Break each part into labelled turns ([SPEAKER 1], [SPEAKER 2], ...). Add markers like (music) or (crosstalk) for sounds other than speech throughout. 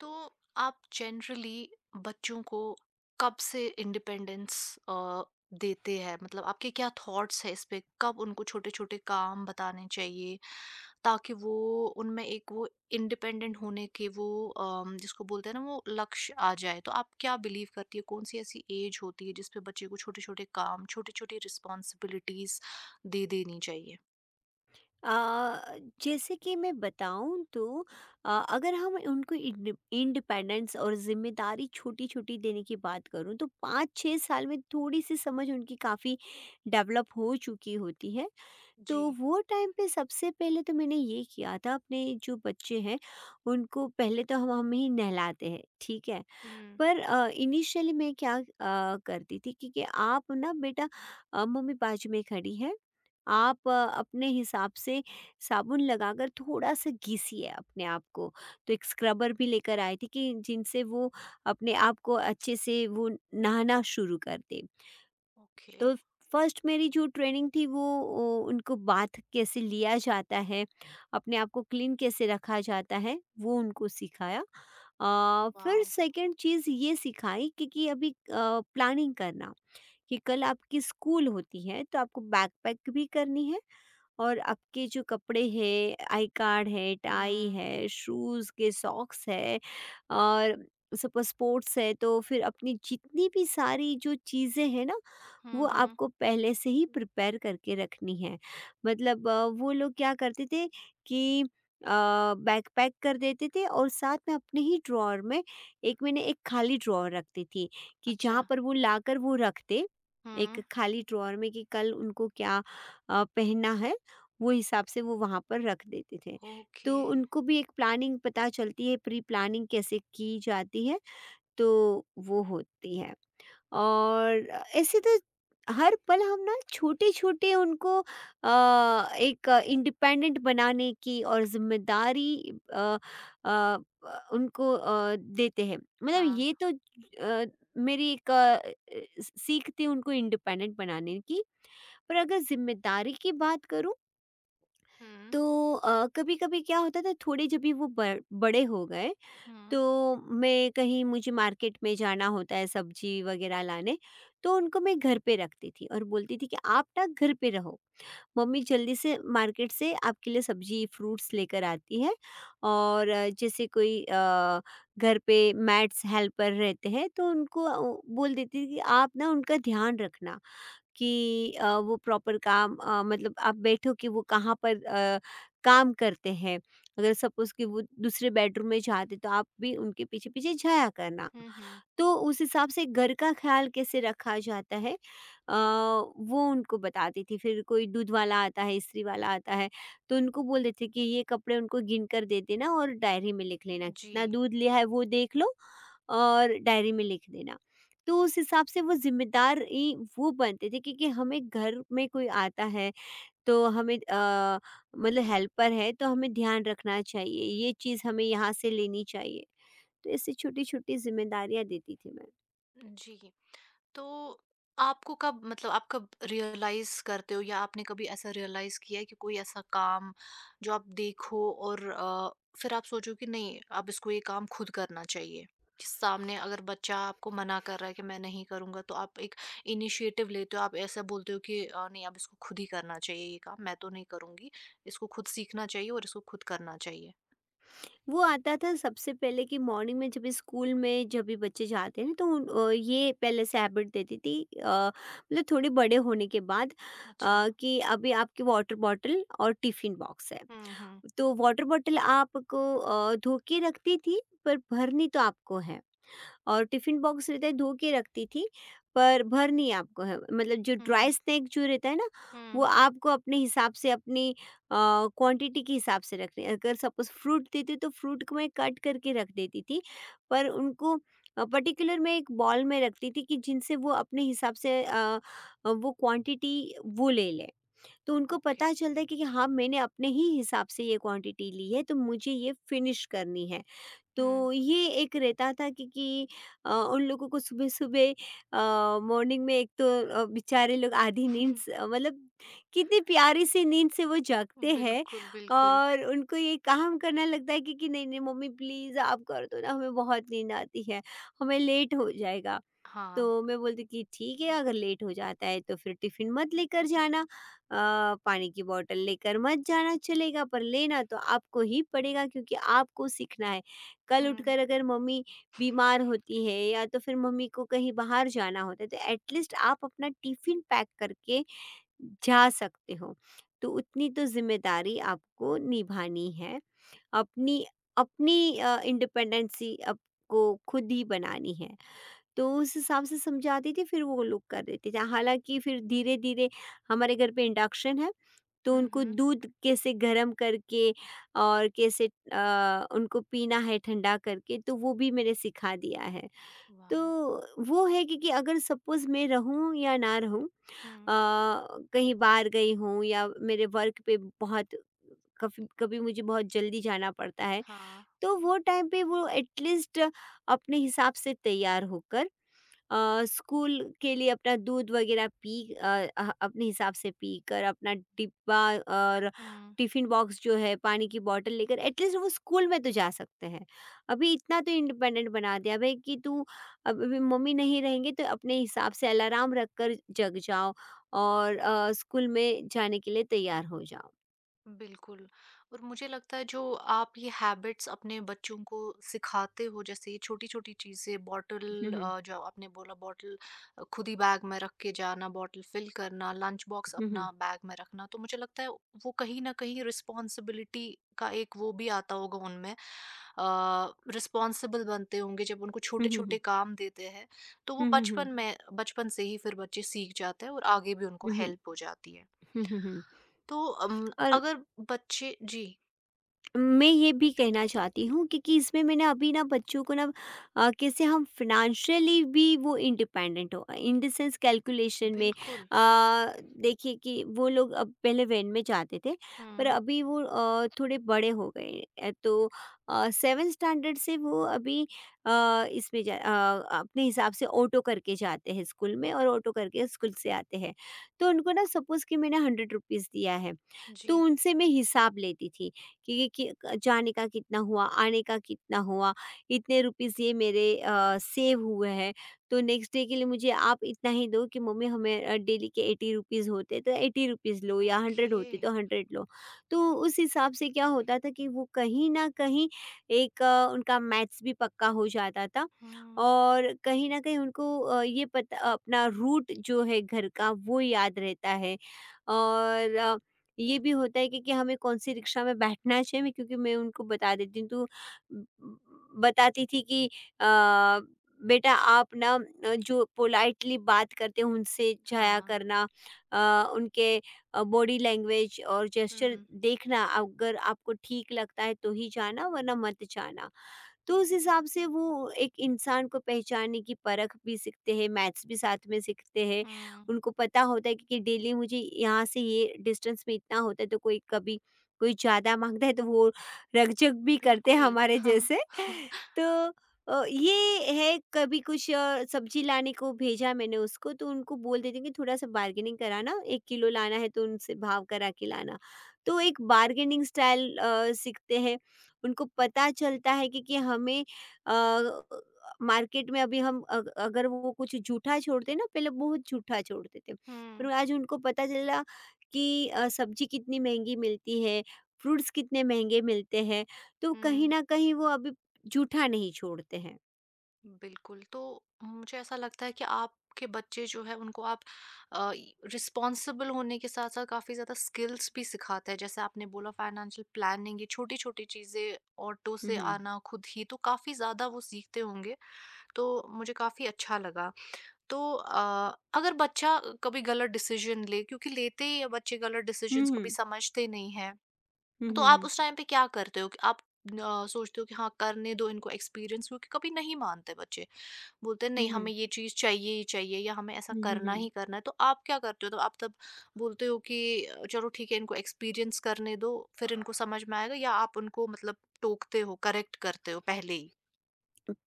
[SPEAKER 1] तो आप जनरली बच्चों को कब से इंडिपेंडेंस देते हैं मतलब आपके क्या थॉट्स है इस पे कब उनको छोटे छोटे काम बताने चाहिए ताकि वो उनमें एक वो इंडिपेंडेंट होने के वो जिसको बोलते हैं ना वो लक्ष्य आ जाए तो आप क्या बिलीव करती है कौन सी ऐसी एज होती है जिसपे बच्चे को छोटे छोटे काम छोटी छोटी रिस्पॉन्सिबिलिटीज दे देनी चाहिए।
[SPEAKER 2] जैसे कि मैं बताऊं तो अगर हम उनको इंडिपेंडेंस और जिम्मेदारी छोटी छोटी देने की बात करूं तो 5-6 साल में थोड़ी सी समझ उनकी काफ़ी डेवलप हो चुकी होती है।
[SPEAKER 1] जी।
[SPEAKER 2] तो वो टाइम पे सबसे पहले तो मैंने ये किया था। अपने जो बच्चे हैं उनको पहले तो हम ही नहलाते हैं, ठीक है।
[SPEAKER 1] हुँ।
[SPEAKER 2] पर इनिशियली मैं क्या करती थी कि आप ना बेटा, मम्मी बाजू में खड़ी है, आप अपने हिसाब से साबुन लगाकर थोड़ा सा घिसिए अपने आप को। तो एक स्क्रबर भी लेकर आई थी कि जिनसे वो अपने आप को अच्छे से वो नहाना शुरू कर दें।
[SPEAKER 1] ओके।
[SPEAKER 2] तो फर्स्ट मेरी जो ट्रेनिंग थी वो उनको बाथ कैसे लिया जाता है, अपने आप को क्लीन कैसे रखा जाता है, वो उनको सिखाया। फिर
[SPEAKER 1] वॉव!
[SPEAKER 2] सेकंड चीज़ ये सिखाई कि अभी प्लानिंग करना। कि कल आपकी स्कूल होती है तो आपको बैकपैक भी करनी है और अब के जो कपड़े हैं, आई कार्ड है, टाई
[SPEAKER 1] हुँ।
[SPEAKER 2] है, शूज़ के सॉक्स है और सपोज़ स्पोर्ट्स है तो फिर अपनी जितनी भी सारी जो चीज़ें हैं ना,
[SPEAKER 1] हुँ।
[SPEAKER 2] वो
[SPEAKER 1] हुँ।
[SPEAKER 2] आपको पहले से ही प्रिपेयर करके रखनी है। मतलब वो लोग क्या करते थे कि बैकपैक कर देते थे और साथ में अपने ही ड्रॉअर में एक मैंने एक खाली ड्रॉअर रखती थी कि जहाँ
[SPEAKER 1] अच्छा।
[SPEAKER 2] पर वो लाकर वो रखते,
[SPEAKER 1] हुँ।
[SPEAKER 2] एक खाली ड्रॉअर में कि कल उनको क्या पहनना है। वो हिसाब से वो वहाँ पर रख देते थे।
[SPEAKER 1] ओके।
[SPEAKER 2] तो उनको भी एक प्लानिंग पता चलती है, प्री प्लानिंग कैसे की जाती है, तो वो होती है। और ऐसे तो हर पल हम ना छोटे-छोटे उनको एक इंडिपेंडेंट बनाने की और ज़िम्मेदारी अ, उनको देते हैं। मतलब
[SPEAKER 1] हाँ।
[SPEAKER 2] ये तो अ, मेरी एक अ, सीख थी उनको इंडिपेंडेंट बनाने की, पर अगर ज़िम्मेदारी की बात करूँ
[SPEAKER 1] हुँ।
[SPEAKER 2] तो कभी कभी क्या होता था थोड़े, जब भी वो बड़े हो गए
[SPEAKER 1] हुँ।
[SPEAKER 2] तो मैं कहीं, मुझे मार्केट में जाना होता है सब्जी वगैरह लाने। तो उनको मैं घर पे रखती थी और बोलती थी कि आप ना घर पे रहो, मम्मी जल्दी से मार्केट से आपके लिए सब्जी फ्रूट्स लेकर आती है। और जैसे कोई घर पे मैट्स हेल्पर रहते हैं तो उनको बोल देती थी कि आप ना उनका ध्यान रखना कि वो प्रॉपर काम, मतलब आप बैठो कि वो कहाँ पर काम करते हैं। अगर सपोज़ कि वो दूसरे बेडरूम में जाते तो आप भी उनके पीछे-पीछे जाया करना।
[SPEAKER 1] हुँ। हुँ।
[SPEAKER 2] तो उस हिसाब से घर का ख्याल कैसे रखा जाता है वो उनको बताती थी। फिर कोई दूध वाला आता है, इस्त्री वाला आता है, तो उनको बोल देती थी कि ये कपड़े उनको गिन कर दे देना और डायरी में लिख लेना, कितना
[SPEAKER 1] जी।
[SPEAKER 2] दूध लिया है वो देख लो और डायरी में लिख देना। तो उस हिसाब से वो ज़िम्मेदार ई वो बनते थे, क्योंकि हमें घर में कोई आता है तो हमें मतलब हेल्पर है तो हमें ध्यान रखना चाहिए, ये चीज़ हमें यहाँ से लेनी चाहिए। तो ऐसी छोटी-छोटी ज़िम्मेदारियाँ देती थी मैं।
[SPEAKER 1] जी। तो आपको कब मतलब आप कब रियलाइज करते हो या आपने कभी ऐसा रियलाइज किया है कि कोई ऐसा काम जो आप देखो और फिर आप सोचो कि नहीं अब इसको ये काम खुद करना चाहिए कि सामने अगर बच्चा आपको मना कर रहा है कि मैं नहीं करूंगा तो आप एक इनिशिएटिव लेते हो आप ऐसा बोलते हो कि नहीं अब इसको खुद ही करना चाहिए ये काम मैं तो नहीं करूंगी इसको खुद सीखना चाहिए और इसको खुद करना चाहिए।
[SPEAKER 2] वो आता था सबसे पहले कि मॉर्निंग में जब भी स्कूल में जब भी बच्चे जाते हैं ना तो ये पहले से हैबिट देती थी, मतलब थोड़े बड़े होने के बाद,
[SPEAKER 1] अच्छा।
[SPEAKER 2] कि अभी आपकी वाटर बॉटल और टिफिन बॉक्स है।
[SPEAKER 1] हम्म। हम्म।
[SPEAKER 2] तो वाटर बॉटल आपको धो के रखती थी, पर भरनी तो आपको है। और टिफ़िन बॉक्स रहता है, धो के रखती थी, पर भरनी आपको है। मतलब जो
[SPEAKER 1] हम्म।
[SPEAKER 2] ड्राई स्नैक जो रहता है ना, वो
[SPEAKER 1] हम्म।
[SPEAKER 2] आपको अपने हिसाब से अपनी क्वांटिटी के हिसाब से रखनी है। अगर सपोज़ फ्रूट देती तो फ्रूट को मैं कट करके रख देती थी, पर उनको पर्टिकुलर मैं एक बॉल में रखती थी कि जिनसे वो अपने हिसाब से वो क्वांटिटी वो ले लें। तो उनको
[SPEAKER 1] ओके।
[SPEAKER 2] पता चलता है कि हाँ, मैंने अपने ही हिसाब से ये क्वांटिटी ली है, तो मुझे ये फ़िनिश करनी है।
[SPEAKER 1] हम्म।
[SPEAKER 2] तो ये एक रहता था कि उन लोगों को सुबह-सुबह, मॉर्निंग में, एक तो बेचारे लोग आधी नींद स
[SPEAKER 1] (laughs)
[SPEAKER 2] मतलब कितनी प्यारी सी नींद से वो जागते हैं
[SPEAKER 1] बिल्कुल, बिल्कुल।
[SPEAKER 2] और उनको ये काम करना लगता है कि नहीं-नहीं मम्मी प्लीज़ आप कर दो ना, हमें बहुत नींद आती है, हमें लेट हो जाएगा।
[SPEAKER 1] हाँ।
[SPEAKER 2] तो मैं बोलती कि ठीक है, अगर लेट हो जाता है तो फिर टिफ़िन मत लेकर जाना, पानी की बॉटल लेकर मत जाना, चलेगा, पर लेना तो आपको ही पड़ेगा क्योंकि आपको सीखना है। कल
[SPEAKER 1] हुँ।
[SPEAKER 2] उठकर अगर मम्मी बीमार होती है या तो फिर मम्मी को कहीं बाहर जाना होता है तो एटलीस्ट आप अपना टिफ़िन पैक करके जा सकते हो। तो उतनी तो ज़िम्मेदारी आपको निभानी है। अपनी अपनी इंडिपेंडेंसी आपको खुद ही बनानी है। तो उस हिसाब से समझाती थी, फिर वो लोग कर देते थे। हालाँकि फिर धीरे-धीरे हमारे घर पे इंडक्शन है, तो
[SPEAKER 1] हुँ,
[SPEAKER 2] उनको
[SPEAKER 1] हुँ।
[SPEAKER 2] दूध कैसे गरम करके और कैसे उनको पीना है ठंडा करके, तो वो भी मैंने सिखा दिया है।
[SPEAKER 1] वाह!
[SPEAKER 2] तो वो है कि अगर सपोज़ मैं रहूँ या ना रहूँ,
[SPEAKER 1] हुँ।
[SPEAKER 2] अ, कहीं बाहर गई हूँ या मेरे वर्क पे बहुत, कभी कभी मुझे बहुत जल्दी जाना पड़ता है।
[SPEAKER 1] हाँ।
[SPEAKER 2] तो वो टाइम पे वो एटलीस्ट अपने हिसाब से तैयार होकर, स्कूल के लिए अपना दूध वगैरह पी, अपने हिसाब से पी कर अपना डिब्बा और
[SPEAKER 1] हुँ।
[SPEAKER 2] टिफिन बॉक्स जो है पानी की बोतल लेकर एटलीस्ट वो स्कूल में तो जा सकते हैं। अभी इतना तो इंडिपेंडेंट बना दिया भाई कि तू अब अभी मम्मी नहीं रहेंगे तो अपने हिसाब से अलार्म रख कर जग जाओ और स्कूल में जाने के लिए तैयार हो जाओ।
[SPEAKER 1] बिल्कुल। और मुझे लगता है जो आप ये हैबिट्स अपने बच्चों को सिखाते हो जैसे ये छोटी छोटी चीज़ें बॉटल
[SPEAKER 2] हम्म,
[SPEAKER 1] जो आपने बोला बॉटल खुद ही बैग में रख के जाना बॉटल फिल करना लंच बॉक्स
[SPEAKER 2] हम्म,
[SPEAKER 1] अपना बैग में रखना तो मुझे लगता है वो कहीं ना कहीं रिस्पॉन्सिबिलिटी का एक वो भी आता होगा उनमें रिस्पॉन्सिबल बनते होंगे जब उनको छोटे
[SPEAKER 2] हम्म,
[SPEAKER 1] छोटे
[SPEAKER 2] हम्म,
[SPEAKER 1] काम देते हैं तो वो
[SPEAKER 2] हम्म, हम्म,
[SPEAKER 1] बचपन
[SPEAKER 2] हम्म,
[SPEAKER 1] में बचपन से ही फिर बच्चे सीख जाते हैं और आगे भी उनको
[SPEAKER 2] हम्म, हम्म,
[SPEAKER 1] हेल्प हो जाती है।
[SPEAKER 2] हम्म, हम्म, हम्म, हम्म, हम्म।
[SPEAKER 1] तो
[SPEAKER 2] और
[SPEAKER 1] अगर बच्चे। जी।
[SPEAKER 2] मैं ये भी कहना चाहती हूँ, क्योंकि इसमें मैंने अभी ना बच्चों को ना, कैसे हम फिनेंशियली भी वो इंडिपेंडेंट हो, इन द सेंस कैलकुलेशन में।
[SPEAKER 1] बिल्कुल।
[SPEAKER 2] देखिए कि वो लोग अब पहले वैन में जाते थे। पर
[SPEAKER 1] हुँ।
[SPEAKER 2] अभी वो थोड़े बड़े हो गए, तो 7 स्टैंडर्ड से वो अभी अ, अपने हिसाब से ऑटो करके जाते हैं स्कूल में और ऑटो करके स्कूल से आते हैं। तो उनको ना सपोज़ कि मैंने 100 रुपीज़ दिया है तो
[SPEAKER 1] जी।
[SPEAKER 2] उनसे मैं हिसाब लेती थी कि जाने का कितना हुआ, आने का कितना हुआ, इतने रुपीज़ ये मेरे सेव हुए हैं। तो नेक्स्ट डे के लिए मुझे आप इतना ही दो कि मम्मी हमें डेली के 80 रुपीज़ होते तो 80 रुपीज़ लो या 100
[SPEAKER 1] ओके।
[SPEAKER 2] होते तो 100 लो। तो उस हिसाब से क्या होता था कि वो कहीं न कहीं एक उनका मैथ्स भी पक्का हो जाता था
[SPEAKER 1] हुँ।
[SPEAKER 2] और कहीं न कहीं उनको ये पता अपना रूट जो है घर का वो याद रहता है। और ये भी होता है कि हमें कौन सी रिक्शा में बैठना चाहिए। मैं, क्योंकि मैं उनको बता देती हूँ तो बताती थी कि अ, बेटा आप ना, जो पोलाइटली बात करते हैं उनसे जाया
[SPEAKER 1] हाँ।
[SPEAKER 2] करना, उनके बॉडी लैंग्वेज और जेस्चर
[SPEAKER 1] हुँ,
[SPEAKER 2] देखना, अगर आपको ठीक लगता है तो ही जाना वरना मत जाना। तो उस हिसाब से वो एक इंसान को पहचानने की परख भी सीखते हैं, मैथ्स भी साथ में सीखते हैं।
[SPEAKER 1] हुँ।
[SPEAKER 2] उनको पता होता है कि डेली मुझे यहाँ से ये डिस्टेंस में इतना होता है, तो कोई कभी कोई ज़्यादा माँगता है तो वो रकझक भी करते हैं
[SPEAKER 1] बिल्कुल।
[SPEAKER 2] हमारे जैसे। (laughs)
[SPEAKER 1] (laughs)
[SPEAKER 2] तो ये है कभी कुछ सब्ज़ी लाने को भेजा मैंने उसको तो उनको बोल देती हूँ कि थोड़ा-सा बार्गेनिंग कराना, 1 किलो लाना है तो उनसे भाव करा के लाना। तो एक बार्गेनिंग स्टाइल सीखते हैं। उनको पता चलता है कि हमें अ, मार्केट में अभी हम अग अगर वो कुछ जूठा छोड़ते ना, पहले बहुत जूठा छोड़ते थे।
[SPEAKER 1] हुँ,
[SPEAKER 2] पर आज उनको पता चला कि सब्ज़ी कितनी महँगी मिलती है, फ्रूट्स कितने महँगे मिलते हैं, तो कहीं
[SPEAKER 1] हुँ,
[SPEAKER 2] न कहीं वो अभी जूठा नहीं छोड़ते हैं।
[SPEAKER 1] बिल्कुल। तो मुझे ऐसा लगता है कि आपके बच्चे जो हैं उनको आप अ, रिस्पॉन्सिबल होने के साथ-साथ काफ़ी ज़्यादा स्किल्स भी सिखाते हैं। जैसे आपने बोला फाइनेंशियल प्लानिंग ये छोटी-छोटी चीज़ें, ऑटो
[SPEAKER 2] हुँ,
[SPEAKER 1] से
[SPEAKER 2] हुँ।
[SPEAKER 1] आना खुद ही तो काफ़ी ज़्यादा वो सीखते होंगे। तो मुझे काफ़ी अच्छा लगा। तो अगर बच्चा कभी गलत डिसीजन ले क्योंकि लेते ही है बच्चे गलत
[SPEAKER 2] हुँ,
[SPEAKER 1] डिसीजंस कभी
[SPEAKER 2] हुँ।
[SPEAKER 1] समझते नहीं हैं
[SPEAKER 2] हुँ,
[SPEAKER 1] तो
[SPEAKER 2] हुँ,
[SPEAKER 1] आप
[SPEAKER 2] हुँ।
[SPEAKER 1] उस टाइम पे क्या करते हो कि आप सोचते हो कि हाँ करने दो इनको एक्सपीरियंस क्योंकि कभी नहीं मानते बच्चे बोलते हैं
[SPEAKER 2] हुँ,
[SPEAKER 1] नहीं हमें
[SPEAKER 2] हुँ।
[SPEAKER 1] ये चीज चाहिए ही चाहिए या हमें ऐसा
[SPEAKER 2] हुँ, हुँ,
[SPEAKER 1] करना
[SPEAKER 2] हुँ।
[SPEAKER 1] ही करना है तो आप क्या करते हो तो आप तब बोलते हो कि चलो ठीक है इनको एक्सपीरियंस करने दो फिर इनको समझ में आएगा या आप उनको मतलब टोकते हो करेक्ट करते हो पहले ही।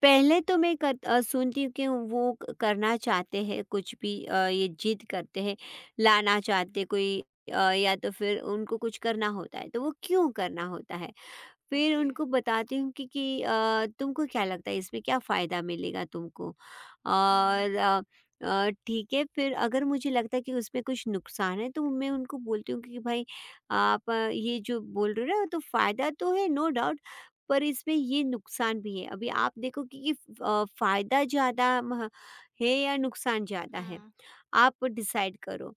[SPEAKER 2] पहले तो मैं सुनती हूँ कि वो करना चाहते हैं कुछ भी, ये जिद करते हैं, लाना चाहते कोई, या तो फिर उनको कुछ करना होता है तो वो क्यों करना होता है। फिर
[SPEAKER 1] ओके।
[SPEAKER 2] उनको बताती हूँ कि तुमको क्या लगता है इसमें क्या फ़ायदा मिलेगा तुमको?
[SPEAKER 1] हम्म।
[SPEAKER 2] और ठीक है, फिर अगर मुझे लगता है कि उसमें कुछ नुकसान है तो मैं उनको बोलती हूँ कि भाई आप ये जो बोल रहे हो ना, तो फ़ायदा तो है नो डाउट, पर इसमें ये नुकसान भी है। अभी आप देखो कि फ़ायदा ज़्यादा मह है या नुकसान ज़्यादा है?
[SPEAKER 1] हम्म।
[SPEAKER 2] आप डिसाइड करो।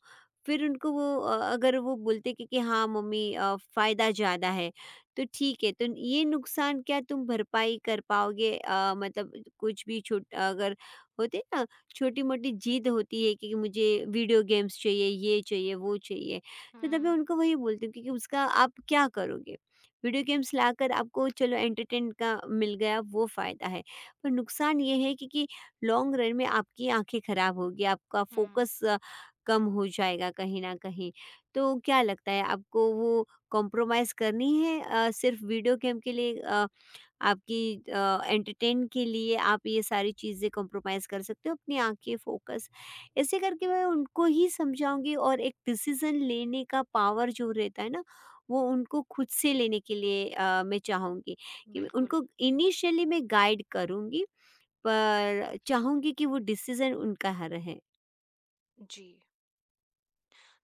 [SPEAKER 2] फिर उनको वो अगर वो बोलते कि हाँ मम्मी, फ़ायदा ज़्यादा है, तो ठीक है, तो ये नुकसान क्या तुम भरपाई कर पाओगे? मतलब कुछ भी छोट अगर होते हैं ना छोटी-मोटी ज़िद होती है कि मुझे वीडियो गेम्स चाहिए, ये चाहिए, वो चाहिए, तो तभी
[SPEAKER 1] हम्म।
[SPEAKER 2] उनको वही बोलती हूँ कि उसका आप क्या करोगे? वीडियो गेम्स लाकर आपको चलो एंटरटेन का मिल गया वो फ़ायदा है, पर नुकसान ये है कि लॉन्ग रन में आपकी आंखें खराब होगी, आपका
[SPEAKER 1] हम्म।
[SPEAKER 2] फोकस कम हो जाएगा कहीं न कहीं। तो क्या लगता है आपको वो कॉम्प्रोमाइज़ करनी है, सिर्फ़ वीडियो गेम के लिए, आपकी एंटरटेन के लिए आप ये सारी चीज़ें कॉम्प्रोमाइज़ कर सकते हो अपनी आँखें, फोकस। ऐसे करके मैं उनको ही समझाऊँगी और एक डिसीज़न लेने का पावर जो रहता है ना, वो उनको खुद से लेने के लिए मैं चाहूँगी कि मैं
[SPEAKER 1] बिल्कुल।
[SPEAKER 2] उनको इनिशियली मैं गाइड करूँगी पर चाहूँगी कि वो डिसीज़न उनका ह रहे।
[SPEAKER 1] जी।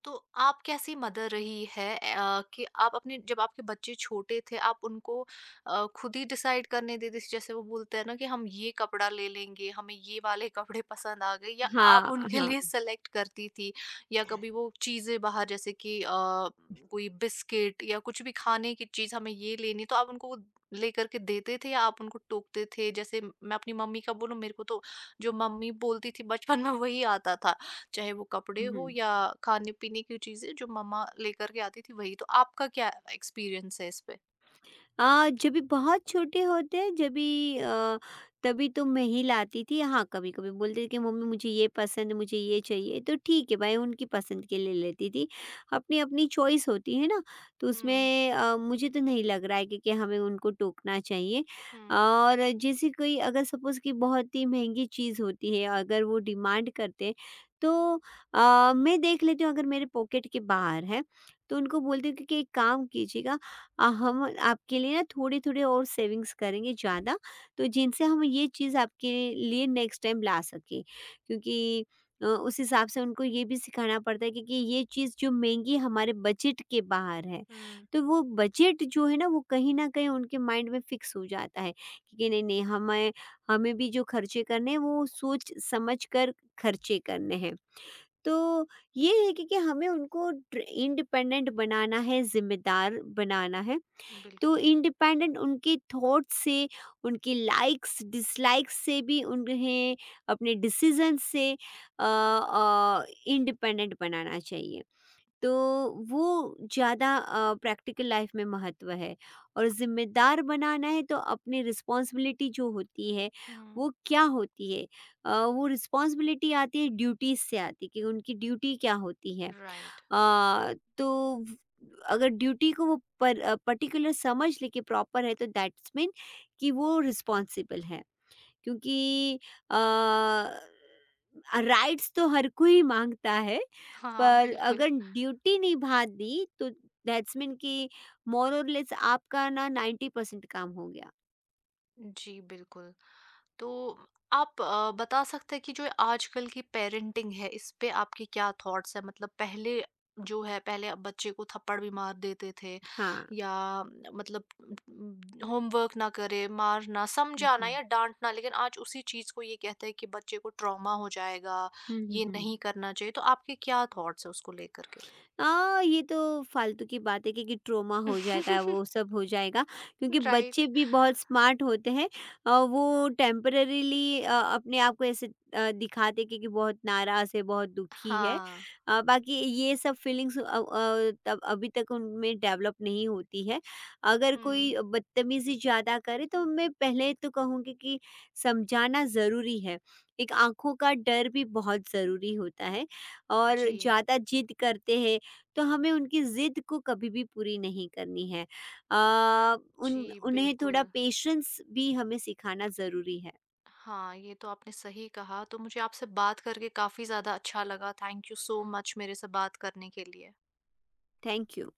[SPEAKER 1] तो आप कैसी मदर रही है कि आप अपने जब आपके बच्चे छोटे थे आप उनको खुद ही डिसाइड करने देती थी जैसे वो बोलते हैं ना कि हम ये कपड़ा ले लेंगे, हमें ये वाले (laughs) कपड़े पसंद आ गए या आप
[SPEAKER 2] हाँ,
[SPEAKER 1] उनके
[SPEAKER 2] हाँ।
[SPEAKER 1] लिए सेलेक्ट करती थी? या कभी वो चीज़ें बाहर जैसे कि कोई बिस्किट या कुछ भी खाने की चीज़ हमें ये लेनी है तो आप उनको वो लेकर के देते थे या आप उनको टोकते थे? जैसे मैं अपनी मम्मी का बोलूँ मेरे को तो जो मम्मी बोलती थी बचपन में वही आता था। चाहे वो कपड़े
[SPEAKER 2] हुँ,
[SPEAKER 1] हो
[SPEAKER 2] हुँ।
[SPEAKER 1] या खाने-पीने की चीज़ें जो मम्मा लेकर के आती थी वही, तो आपका क्या एक्सपीरियंस है इस पे?
[SPEAKER 2] जब भी बहुत छोटे होते हैं जब भी तभी तो मैं ही लाती थी। हाँ, कभी कभी बोलते थे कि मम्मी मुझे ये पसंद है, मुझे ये चाहिए, तो ठीक है भाई, उनकी पसंद के ले लेती थी। अपनी अपनी चॉइस होती है ना, तो
[SPEAKER 1] हुँ,
[SPEAKER 2] उसमें मुझे तो नहीं लग रहा है कि हमें उनको टोकना चाहिए।
[SPEAKER 1] हुँ,
[SPEAKER 2] और जैसे कोई अगर सपोज कि बहुत ही महंगी चीज़ होती है, अगर वो डिमांड करते हैं, तो मैं देख लेती हूँ अगर मेरे पॉकेट के बाहर है तो उनको बोलती हूँ कि एक काम कीजिएगा। हम आपके लिए ना थोड़ी-थोड़ी और सेविंग्स करेंगे ज़्यादा, तो जिनसे हम ये चीज़ आपके लिए नेक्स्ट टाइम ला सकें। क्योंकि उस हिसाब से उनको ये भी सिखाना पड़ता है। क्योंकि ये चीज़ जो महँगी हमारे बजट के बाहर है,
[SPEAKER 1] हुँ,
[SPEAKER 2] तो वो बजट जो है ना, वो कहीं न कहीं उनके माइंड में फ़िक्स हो जाता है कि नहीं-नहीं, हमें हमें भी जो खर्चे करने हैं वो सोच समझ कर खर्चे करने हैं। तो ये है कि हमें उनको ट्र इंडिपेंडेंट बनाना है, ज़िम्मेदार बनाना है। तो
[SPEAKER 1] बिल्कुल।
[SPEAKER 2] इंडिपेंडेंट उनके थॉट से, उनकी लाइक्स, डिसलाइक्स से भी उन्हें अपने डिसीज़न से इंडिपेंडेंट बनाना चाहिए। तो वो ज़्यादा प्रैक्टिकल लाइफ़ में महत्व है। और ज़िम्मेदार बनाना है तो अपनी रिस्पॉन्सिबिलिटी जो होती है,
[SPEAKER 1] हुँ।
[SPEAKER 2] वो क्या होती है? वो रिस्पॉन्सिबिलिटी आती है ड्यूटीज़ से, आती है कि उनकी ड्यूटी क्या होती है।
[SPEAKER 1] राइट।
[SPEAKER 2] अ, तो अगर ड्यूटी को वो पर्टिकुलर समझ ले कि प्रॉपर है तो दैट्स मीन कि वो रिस्पॉन्सिबल है। क्योंकि अ, राइट्स तो हर कोई मांगता है,
[SPEAKER 1] हाँ,
[SPEAKER 2] पर
[SPEAKER 1] बिल्कुल।
[SPEAKER 2] अगर ड्यूटी निभा दी तो दैट्स मीन कि मोर और लेस आपका ना 90% काम हो गया।
[SPEAKER 1] जी, बिल्कुल। तो आप बता सकते हैं कि जो आजकल की पेरेंटिंग है इस पे आपके क्या थॉट्स है मतलब पहले जो है पहले अब बच्चे को थप्पड़ भी मार देते थे
[SPEAKER 2] हाँ।
[SPEAKER 1] या मतलब होमवर्क ना करे मारना
[SPEAKER 2] हम्म,
[SPEAKER 1] समझाना
[SPEAKER 2] हम्म।
[SPEAKER 1] या डांटना लेकिन आज उसी चीज को ये कहते हैं कि बच्चे को ट्रॉमा हो जाएगा
[SPEAKER 2] हम्म,
[SPEAKER 1] ये नहीं करना चाहिए तो आपके क्या थॉट्स है उसको लेकर के।
[SPEAKER 2] हाँ, ये तो फालतू की बात है क्योंकि ट्रॉमा हो जाएगा,
[SPEAKER 1] (laughs)
[SPEAKER 2] वो सब हो जाएगा। क्योंकि
[SPEAKER 1] राइट।
[SPEAKER 2] बच्चे भी बहुत स्मार्ट होते हैं। वो टेम्परेरीली अपने आप को ऐसे दिखाते हैं क्योंकि बहुत नाराज़ है, बहुत दुखी है।
[SPEAKER 1] हाँ।
[SPEAKER 2] बाकी ये सब फीलिंग्स तब अभी तक उनमें डेवलप नहीं होती है। अगर
[SPEAKER 1] हम्म।
[SPEAKER 2] कोई बदतमीज़ी ज़्यादा करे तो मैं पहले तो कहूँगी कि समझाना ज़रूरी है। एक आँखों का डर भी बहुत ज़रूरी होता है। और
[SPEAKER 1] जी।
[SPEAKER 2] ज़्यादा ज़िद करते हैं तो हमें उनकी ज़िद को कभी भी पूरी नहीं करनी है। अ,
[SPEAKER 1] जी।
[SPEAKER 2] उन उन्हें
[SPEAKER 1] बिल्कुल।
[SPEAKER 2] थोड़ा पेशेंस भी हमें सिखाना ज़रूरी है।
[SPEAKER 1] हाँ, ये तो आपने सही कहा। तो मुझे आपसे बात करके काफ़ी ज़्यादा अच्छा लगा। थैंक यू सो मच मेरे से बात करने के लिए।
[SPEAKER 2] Thank you.